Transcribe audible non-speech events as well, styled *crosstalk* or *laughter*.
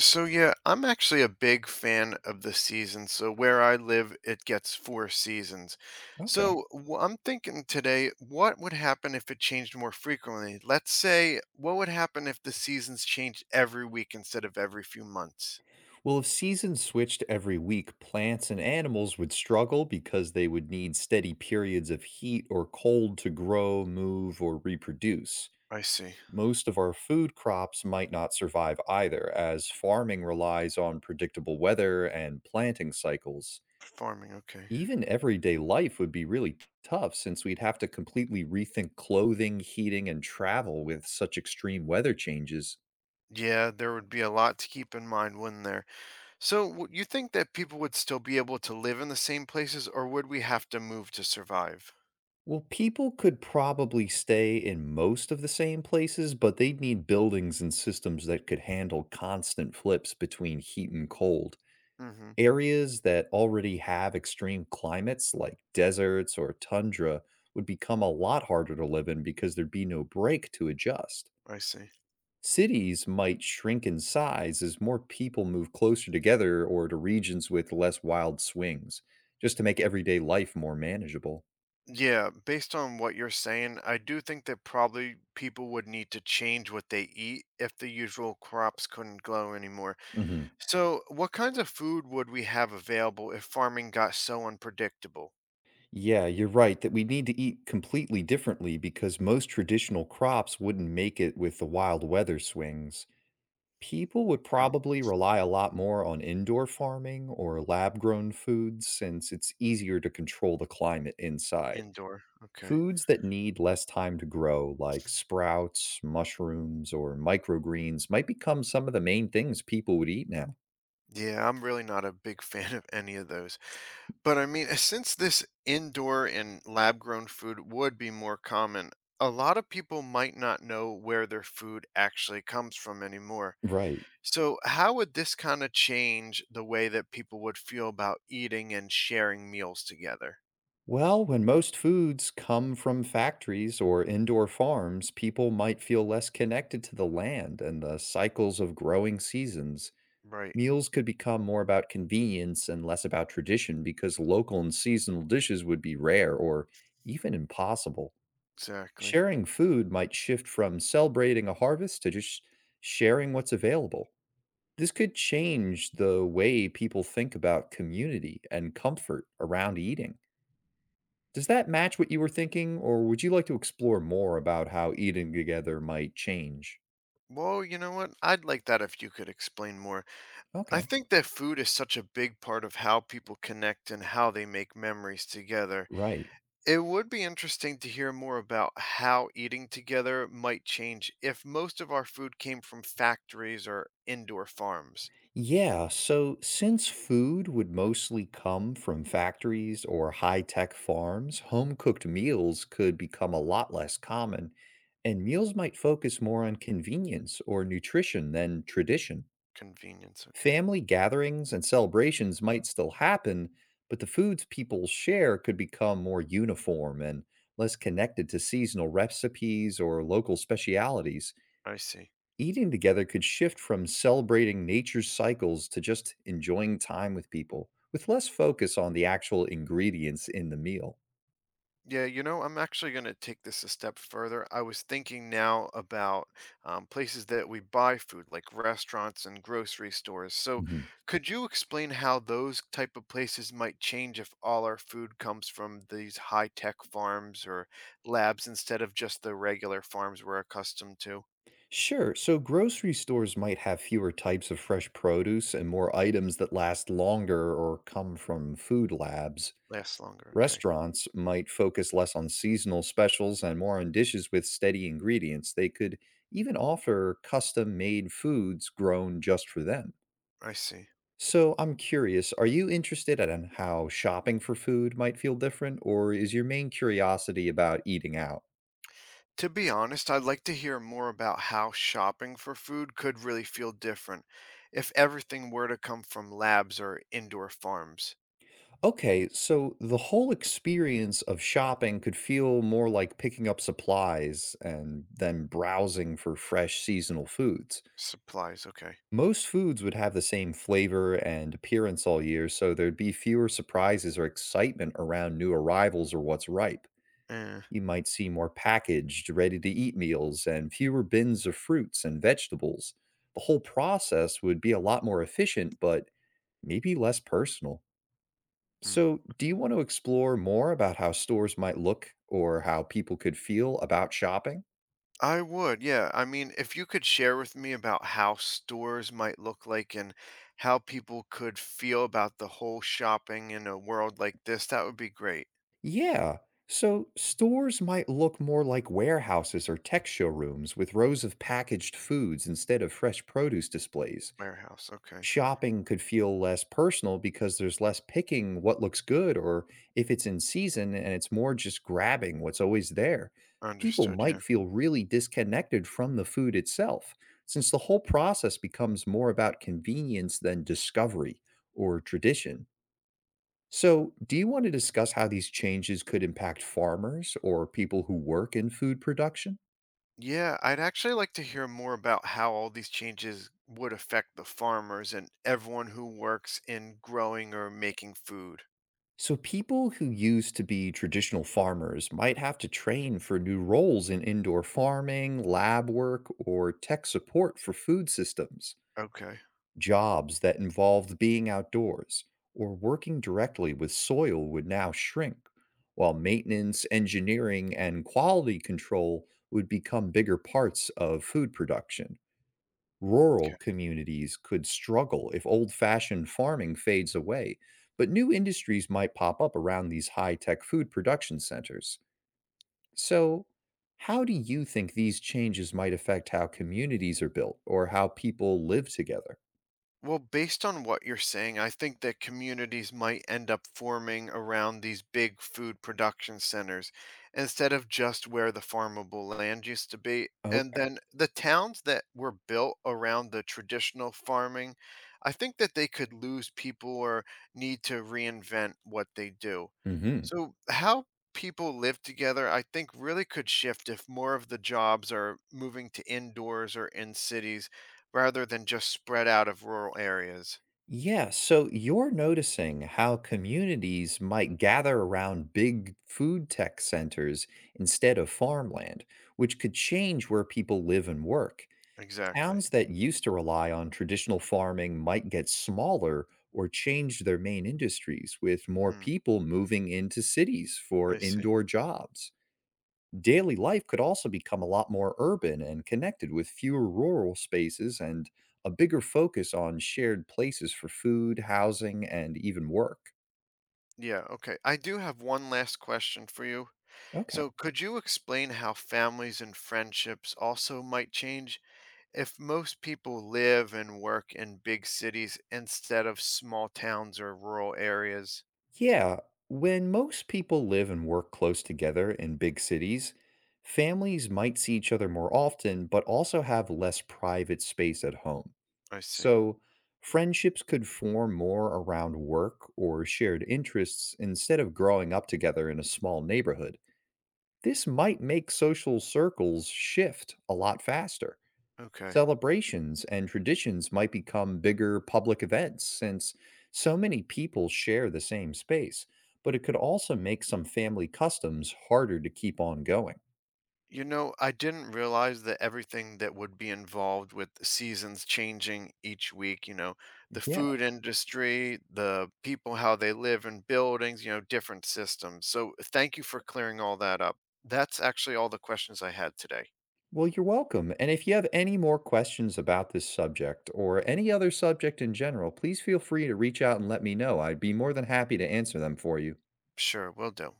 So yeah, I'm actually a big fan of the seasons. So where I live, it gets four seasons. Okay. So I'm thinking today, what would happen if it changed more frequently? Let's say, what would happen if the seasons changed every week instead of every few months? Well, if seasons switched every week, plants and animals would struggle because they would need steady periods of heat or cold to grow, move, or reproduce. I see. Most of our food crops might not survive either, as farming relies on predictable weather and planting cycles. Farming, okay. Even everyday life would be really tough since we'd have to completely rethink clothing, heating, and travel with such extreme weather changes. Yeah, there would be a lot to keep in mind, wouldn't there? So you think that people would still be able to live in the same places, or would we have to move to survive? Well, people could probably stay in most of the same places, but they'd need buildings and systems that could handle constant flips between heat and cold. Mm-hmm. Areas that already have extreme climates, like deserts or tundra, would become a lot harder to live in because there'd be no break to adjust. I see. Cities might shrink in size as more people move closer together or to regions with less wild swings, just to make everyday life more manageable. Yeah, based on what you're saying, I do think that probably people would need to change what they eat if the usual crops couldn't grow anymore. Mhm. So, what kinds of food would we have available if farming got so unpredictable? Yeah, you're right that we need to eat completely differently because most traditional crops wouldn't make it with the wild weather swings. People would Oh, probably rely a lot more on indoor farming or lab grown foods since it's easier to control the climate inside. indoor. Okay. Foods that need less time to grow, like sprouts, mushrooms, or microgreens, might become some of the main things people would eat now. Yeah, I'm really not a big *laughs* fan of any of those. But I mean, since this indoor and lab grown food would be more common, a lot of people might not know where their food actually comes from anymore. Right. So, how would this kind of change the way that people would feel about eating and sharing meals together? Well, when most foods come from factories or indoor farms, people might feel less connected to the land and the cycles of growing seasons. Right, Meals could become more about convenience and less about tradition because local and seasonal dishes would be rare or even impossible. exactly. Sharing food might shift from celebrating a harvest to just sharing what's available. This could change the way people think about community and comfort around eating. Does that match what you were thinking, or would you like to explore more about how eating together might change? Well, you know what? I'd like that if you could explain more. Okay. I think that food is such a big part of how people connect and how they make memories together. Right. It would be interesting to hear more about how eating together might change if most of our food came from factories or indoor farms. Yeah, so since food would mostly come from factories or high tech farms, home cooked meals could become a lot less common, and meals might focus more on convenience or nutrition than tradition. Convenience, okay. Family gatherings and celebrations might still happen, but the foods people share could become more uniform and less connected to seasonal recipes or local specialities. I see. Eating together could shift from celebrating nature's cycles to just enjoying time with people, with less focus on the actual ingredients in the meal. Yeah, I'm actually going to take this a step further. I was thinking now about places that we buy food, like restaurants and grocery stores. So, Mhm. could you explain how those type of places might change if all our food comes from these high-tech farms or labs instead of just the regular farms we're accustomed to? Sure. So grocery stores might have fewer types of fresh produce and more items that last longer or come from food labs. Lasts longer. Okay, Restaurants might focus less on seasonal specials and more on dishes with steady ingredients. They could even offer custom made foods grown just for them. I see. So I'm curious, are you interested in how shopping for food might feel different, or is your main curiosity about eating out? To be honest, I'd like to hear more about how shopping for food could really feel different if everything were to come from labs or indoor farms. Okay, so the whole experience of shopping could feel more like picking up supplies and then browsing for fresh seasonal foods. Supplies, okay. Most foods would have the same flavor and appearance all year, so there'd be fewer surprises or excitement around new arrivals or what's ripe. Eh, You might see more packaged, ready to eat meals and fewer bins of fruits and vegetables. The whole process would be a lot more efficient, but maybe less personal. hmm. So, do you want to explore more about how stores might look or how people could feel about shopping? I would, yeah. I mean, if you could share with me about how stores might look like and how people could feel about the whole shopping in a world like this, that would be great. Yeah. So stores might look more like warehouses or tech showrooms with rows of packaged foods instead of fresh produce displays. Warehouse, okay. Shopping could feel less personal because there's less picking what looks good or if it's in season and it's more just grabbing what's always there. People Understood, yeah. might feel really disconnected from the food itself since the whole process becomes more about convenience than discovery or tradition. So, do you want to discuss how these changes could impact farmers or people who work in food production? Yeah, I'd actually like to hear more about how all these changes would affect the farmers and everyone who works in growing or making food. So, people who used to be traditional farmers might have to train for new roles in indoor farming, lab work, or tech support for food systems, Okay. jobs that involved being outdoors or working directly with soil would now shrink, while maintenance, engineering, and quality control would become bigger parts of food production. Rural communities could struggle if old fashioned farming fades away, but new industries might pop up around these high tech food production centers. So, how do you think these changes might affect how communities are built or how people live together? Well, based on what you're saying, I think that communities might end up forming around these big food production centers instead of just where the farmable land used to be. And Okay. then the towns that were built around the traditional farming, I think that they could lose people or need to reinvent what they do. Hmm. So, how people live together, I think, really could shift if more of the jobs are moving to indoors or in cities rather than just spread out of rural areas. Yeah. So, you're noticing how communities might gather around big food tech centers instead of farmland, which could change where people live and work. Exactly. Towns that used to rely on traditional farming might get smaller or change their main industries, with more Mm, people moving into cities for I see. indoor jobs. Daily life could also become a lot more urban and connected with fewer rural spaces and a bigger focus on shared places for food, housing, and even work. Yeah, okay. I do have one last question for you. Okay. So, could you explain how families and friendships also might change if most people live and work in big cities instead of small towns or rural areas? Yeah, when most people live and work close together in big cities, families might see each other more often, but also have less private space at home. I see. So, friendships could form more around work or shared interests instead of growing up together in a small neighborhood. This might make social circles shift a lot faster. Okay. Celebrations and traditions might become bigger public events since so many people share the same space, but it could also make some family customs harder to keep on going. You know, I didn't realize that everything that would be involved with the seasons changing each week, the Yeah, food industry, the people, how they live in buildings, different systems. So thank you for clearing all that up. That's actually all the questions I had today. well, you're welcome. And if you have any more questions about this subject or any other subject in general, please feel free to reach out and let me know. I'd be more than happy to answer them for you. Sure, will do.